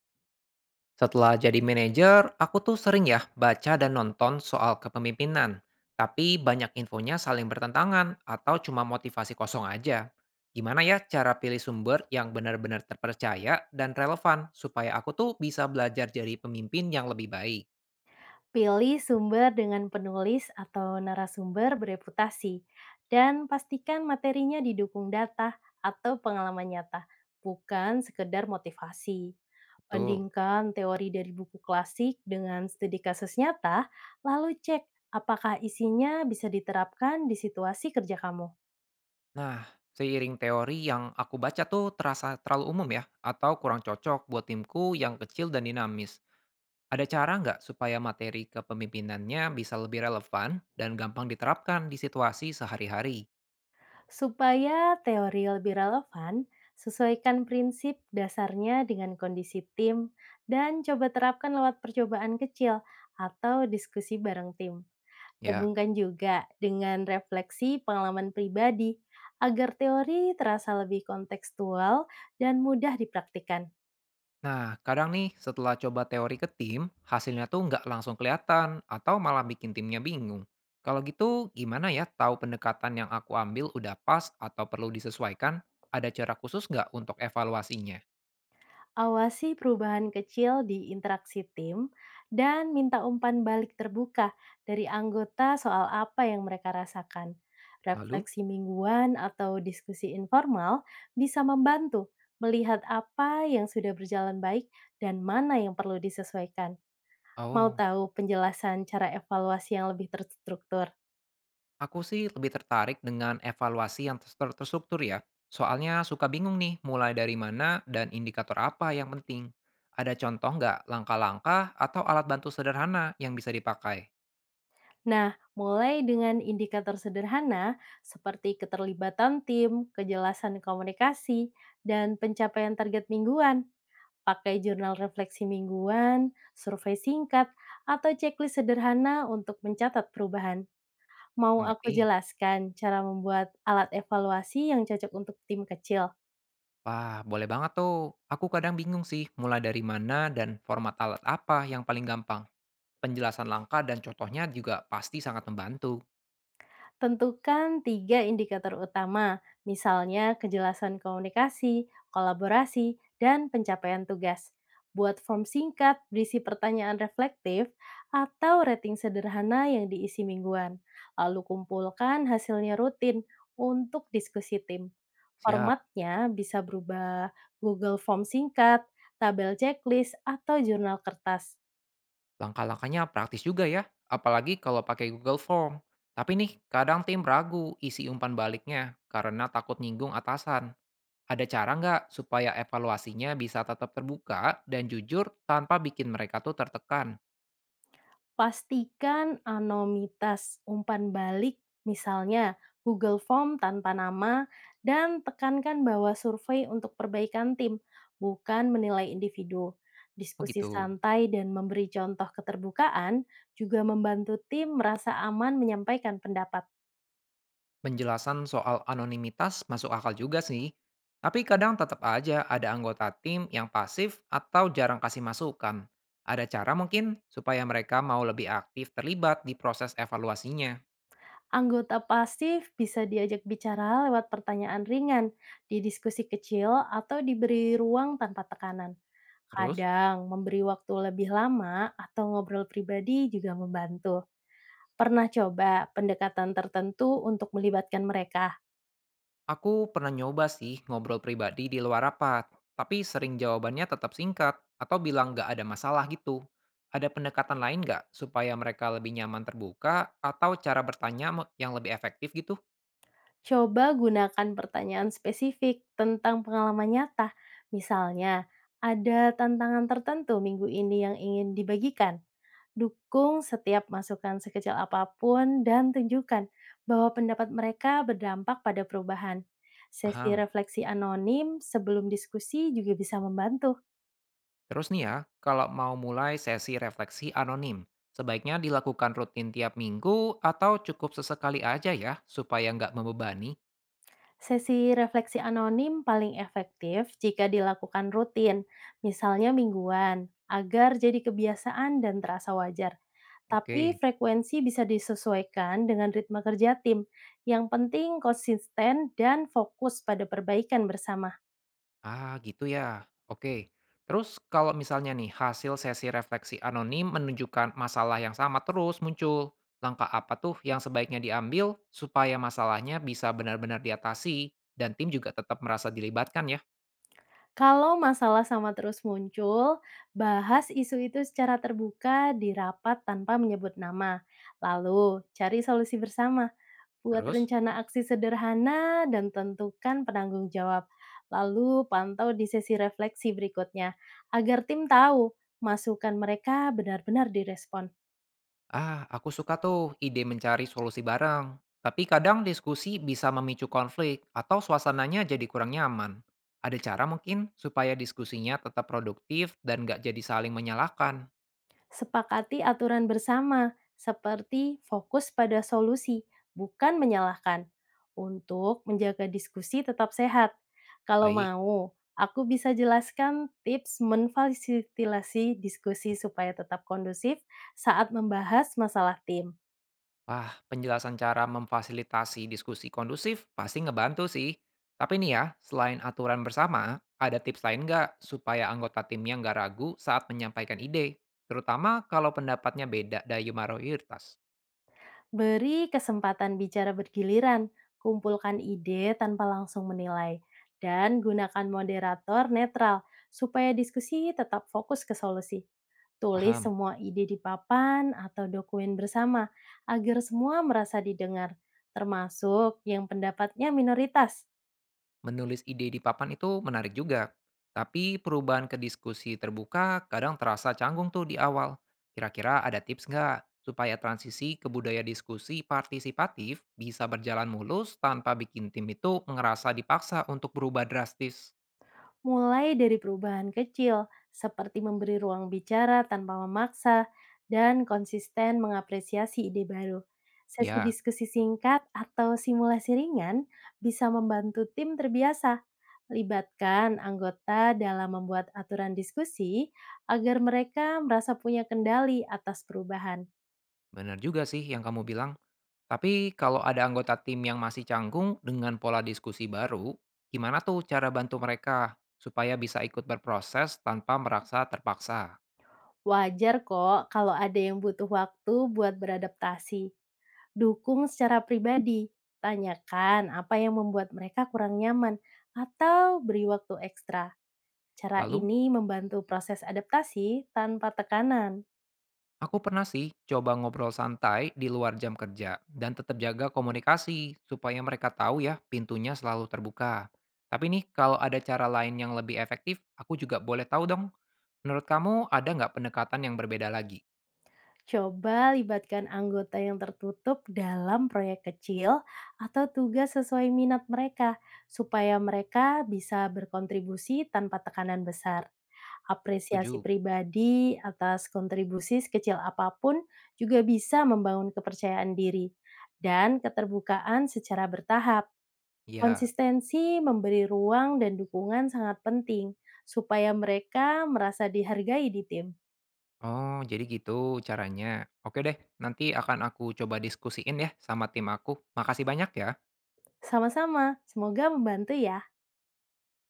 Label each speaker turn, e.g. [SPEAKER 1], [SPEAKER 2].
[SPEAKER 1] Setelah jadi manajer, aku tuh sering ya baca dan nonton soal kepemimpinan. Tapi banyak infonya saling bertentangan atau cuma motivasi kosong aja. Gimana ya cara pilih sumber yang benar-benar terpercaya dan relevan supaya aku tuh bisa belajar jadi pemimpin yang lebih baik.
[SPEAKER 2] Pilih sumber dengan penulis atau narasumber bereputasi, dan pastikan materinya didukung data atau pengalaman nyata, bukan sekedar motivasi.
[SPEAKER 1] Tuh.
[SPEAKER 2] Bandingkan teori dari buku klasik dengan studi kasus nyata, lalu cek apakah isinya bisa diterapkan di situasi kerja kamu.
[SPEAKER 1] Nah, seiring teori yang aku baca tuh terasa terlalu umum ya atau kurang cocok buat timku yang kecil dan dinamis. Ada cara nggak supaya materi kepemimpinannya bisa lebih relevan dan gampang diterapkan di situasi sehari-hari?
[SPEAKER 2] Supaya teori lebih relevan, sesuaikan prinsip dasarnya dengan kondisi tim dan coba terapkan lewat percobaan kecil atau diskusi bareng tim.
[SPEAKER 1] Ya.
[SPEAKER 2] Gabungkan juga dengan refleksi pengalaman pribadi agar teori terasa lebih kontekstual dan mudah dipraktikkan.
[SPEAKER 1] Nah, kadang nih setelah coba teori ke tim, hasilnya tuh nggak langsung kelihatan atau malah bikin timnya bingung. Kalau gitu, gimana ya tahu pendekatan yang aku ambil udah pas atau perlu disesuaikan? Ada cara khusus nggak untuk evaluasinya?
[SPEAKER 2] Awasi perubahan kecil di interaksi tim dan minta umpan balik terbuka dari anggota soal apa yang mereka rasakan.
[SPEAKER 1] Lalu?
[SPEAKER 2] Refleksi mingguan atau diskusi informal bisa membantu melihat apa yang sudah berjalan baik dan mana yang perlu disesuaikan. Mau
[SPEAKER 1] Oh.
[SPEAKER 2] tahu penjelasan cara evaluasi yang lebih terstruktur?
[SPEAKER 1] Aku sih lebih tertarik dengan evaluasi yang terstruktur ya. Soalnya suka bingung nih mulai dari mana dan indikator apa yang penting. Ada contoh nggak langkah-langkah atau alat bantu sederhana yang bisa dipakai?
[SPEAKER 2] Nah, mulai dengan indikator sederhana seperti keterlibatan tim, kejelasan komunikasi, dan pencapaian target mingguan. Pakai jurnal refleksi mingguan, survei singkat, atau checklist sederhana untuk mencatat perubahan. Mau aku
[SPEAKER 1] Mengerti?
[SPEAKER 2] jelaskan cara membuat alat evaluasi yang cocok untuk tim kecil?
[SPEAKER 1] Wah, boleh banget tuh. Aku kadang bingung sih mulai dari mana dan format alat apa yang paling gampang. Penjelasan langkah dan contohnya juga pasti sangat membantu.
[SPEAKER 2] Tentukan tiga indikator utama, misalnya kejelasan komunikasi, kolaborasi, dan pencapaian tugas. Buat form singkat berisi pertanyaan reflektif atau rating sederhana yang diisi mingguan. Lalu kumpulkan hasilnya rutin untuk diskusi tim.
[SPEAKER 1] Siap.
[SPEAKER 2] Formatnya bisa berubah Google Form singkat, tabel checklist, atau jurnal kertas.
[SPEAKER 1] Langkah-langkahnya praktis juga ya, apalagi kalau pakai Google Form. Tapi nih, kadang tim ragu isi umpan baliknya karena takut nyinggung atasan. Ada cara nggak supaya evaluasinya bisa tetap terbuka dan jujur tanpa bikin mereka tuh tertekan?
[SPEAKER 2] Pastikan anonimitas umpan balik, misalnya Google Form tanpa nama, dan tekankan bahwa survei untuk perbaikan tim, bukan menilai individu.
[SPEAKER 1] Oh
[SPEAKER 2] Diskusi
[SPEAKER 1] gitu.
[SPEAKER 2] santai dan memberi contoh keterbukaan juga membantu tim merasa aman menyampaikan pendapat.
[SPEAKER 1] Penjelasan soal anonimitas masuk akal juga sih. Tapi kadang tetap aja ada anggota tim yang pasif atau jarang kasih masukan. Ada cara mungkin supaya mereka mau lebih aktif terlibat di proses evaluasinya.
[SPEAKER 2] Anggota pasif bisa diajak bicara lewat pertanyaan ringan, di diskusi kecil, atau diberi ruang tanpa tekanan.
[SPEAKER 1] Terus?
[SPEAKER 2] Kadang memberi waktu lebih lama atau ngobrol pribadi juga membantu. Pernah coba pendekatan tertentu untuk melibatkan mereka?
[SPEAKER 1] Aku pernah nyoba sih ngobrol pribadi di luar rapat, tapi sering jawabannya tetap singkat atau bilang nggak ada masalah gitu. Ada pendekatan lain nggak supaya mereka lebih nyaman terbuka atau cara bertanya yang lebih efektif gitu?
[SPEAKER 2] Coba gunakan pertanyaan spesifik tentang pengalaman nyata. Misalnya, ada tantangan tertentu minggu ini yang ingin dibagikan? Dukung setiap masukan sekecil apapun dan tunjukkan bahwa pendapat mereka berdampak pada perubahan. Sesi
[SPEAKER 1] Paham.
[SPEAKER 2] refleksi anonim sebelum diskusi juga bisa membantu.
[SPEAKER 1] Terus nih ya, kalau mau mulai sesi refleksi anonim, sebaiknya dilakukan rutin tiap minggu atau cukup sesekali aja ya supaya nggak membebani?
[SPEAKER 2] Sesi refleksi anonim paling efektif jika dilakukan rutin, misalnya mingguan, agar jadi kebiasaan dan terasa wajar. Tapi
[SPEAKER 1] Oke.
[SPEAKER 2] frekuensi bisa disesuaikan dengan ritme kerja tim. Yang penting konsisten dan fokus pada perbaikan bersama.
[SPEAKER 1] Ah, gitu ya. Oke. Terus kalau misalnya nih hasil sesi refleksi anonim menunjukkan masalah yang sama terus muncul, langkah apa tuh yang sebaiknya diambil supaya masalahnya bisa benar-benar diatasi dan tim juga tetap merasa dilibatkan ya?
[SPEAKER 2] Kalau masalah sama terus muncul, bahas isu itu secara terbuka di rapat tanpa menyebut nama. Lalu, cari solusi bersama, buat
[SPEAKER 1] Terus,
[SPEAKER 2] rencana aksi sederhana dan tentukan penanggung jawab. Lalu, pantau di sesi refleksi berikutnya agar tim tahu masukan mereka benar-benar direspon.
[SPEAKER 1] ah, aku suka tuh ide mencari solusi bareng. Tapi kadang diskusi bisa memicu konflik atau suasananya jadi kurang nyaman. Ada cara mungkin supaya diskusinya tetap produktif dan nggak jadi saling menyalahkan.
[SPEAKER 2] Sepakati aturan bersama, seperti fokus pada solusi, bukan menyalahkan, untuk menjaga diskusi tetap sehat. Kalau
[SPEAKER 1] Baik.
[SPEAKER 2] mau, aku bisa jelaskan tips memfasilitasi diskusi supaya tetap kondusif saat membahas masalah tim.
[SPEAKER 1] Wah, penjelasan cara memfasilitasi diskusi kondusif pasti ngebantu sih. Tapi nih ya, selain aturan bersama, ada tips lain nggak supaya anggota timnya nggak ragu saat menyampaikan ide? Terutama kalau pendapatnya beda dari mayoritas.
[SPEAKER 2] Beri kesempatan bicara bergiliran, kumpulkan ide tanpa langsung menilai, dan gunakan moderator netral supaya diskusi tetap fokus ke solusi. Tulis
[SPEAKER 1] Paham?
[SPEAKER 2] semua ide di papan atau dokumen bersama agar semua merasa didengar, termasuk yang pendapatnya minoritas.
[SPEAKER 1] Menulis ide di papan itu menarik juga, tapi perubahan ke diskusi terbuka kadang terasa canggung tuh di awal. Kira-kira ada tips nggak supaya transisi ke budaya diskusi partisipatif bisa berjalan mulus tanpa bikin tim itu ngerasa dipaksa untuk berubah drastis?
[SPEAKER 2] Mulai dari perubahan kecil, seperti memberi ruang bicara tanpa memaksa, dan konsisten mengapresiasi ide baru. Sesi
[SPEAKER 1] Ya,
[SPEAKER 2] diskusi singkat atau simulasi ringan bisa membantu tim terbiasa. Libatkan anggota dalam membuat aturan diskusi agar mereka merasa punya kendali atas perubahan.
[SPEAKER 1] benar juga sih yang kamu bilang. Tapi kalau ada anggota tim yang masih canggung dengan pola diskusi baru, gimana tuh cara bantu mereka supaya bisa ikut berproses tanpa merasa terpaksa?
[SPEAKER 2] Wajar kok kalau ada yang butuh waktu buat beradaptasi. Dukung secara pribadi, tanyakan apa yang membuat mereka kurang nyaman, atau beri waktu ekstra. Cara
[SPEAKER 1] Lalu?
[SPEAKER 2] ini membantu proses adaptasi tanpa tekanan.
[SPEAKER 1] Aku pernah sih coba ngobrol santai di luar jam kerja dan tetap jaga komunikasi supaya mereka tahu ya pintunya selalu terbuka. Tapi nih kalau ada cara lain yang lebih efektif, aku juga boleh tahu dong. Menurut kamu ada nggak pendekatan yang berbeda lagi?
[SPEAKER 2] Coba libatkan anggota yang tertutup dalam proyek kecil atau tugas sesuai minat mereka, supaya mereka bisa berkontribusi tanpa tekanan besar. Apresiasi
[SPEAKER 1] Setuju?
[SPEAKER 2] pribadi atas kontribusi sekecil apapun juga bisa membangun kepercayaan diri dan keterbukaan secara bertahap.
[SPEAKER 1] Iya.
[SPEAKER 2] Konsistensi memberi ruang dan dukungan sangat penting supaya mereka merasa dihargai di tim.
[SPEAKER 1] Oh, jadi gitu caranya. Oke deh, nanti akan aku coba diskusiin ya sama tim aku. Makasih banyak ya.
[SPEAKER 2] Sama-sama, semoga membantu ya.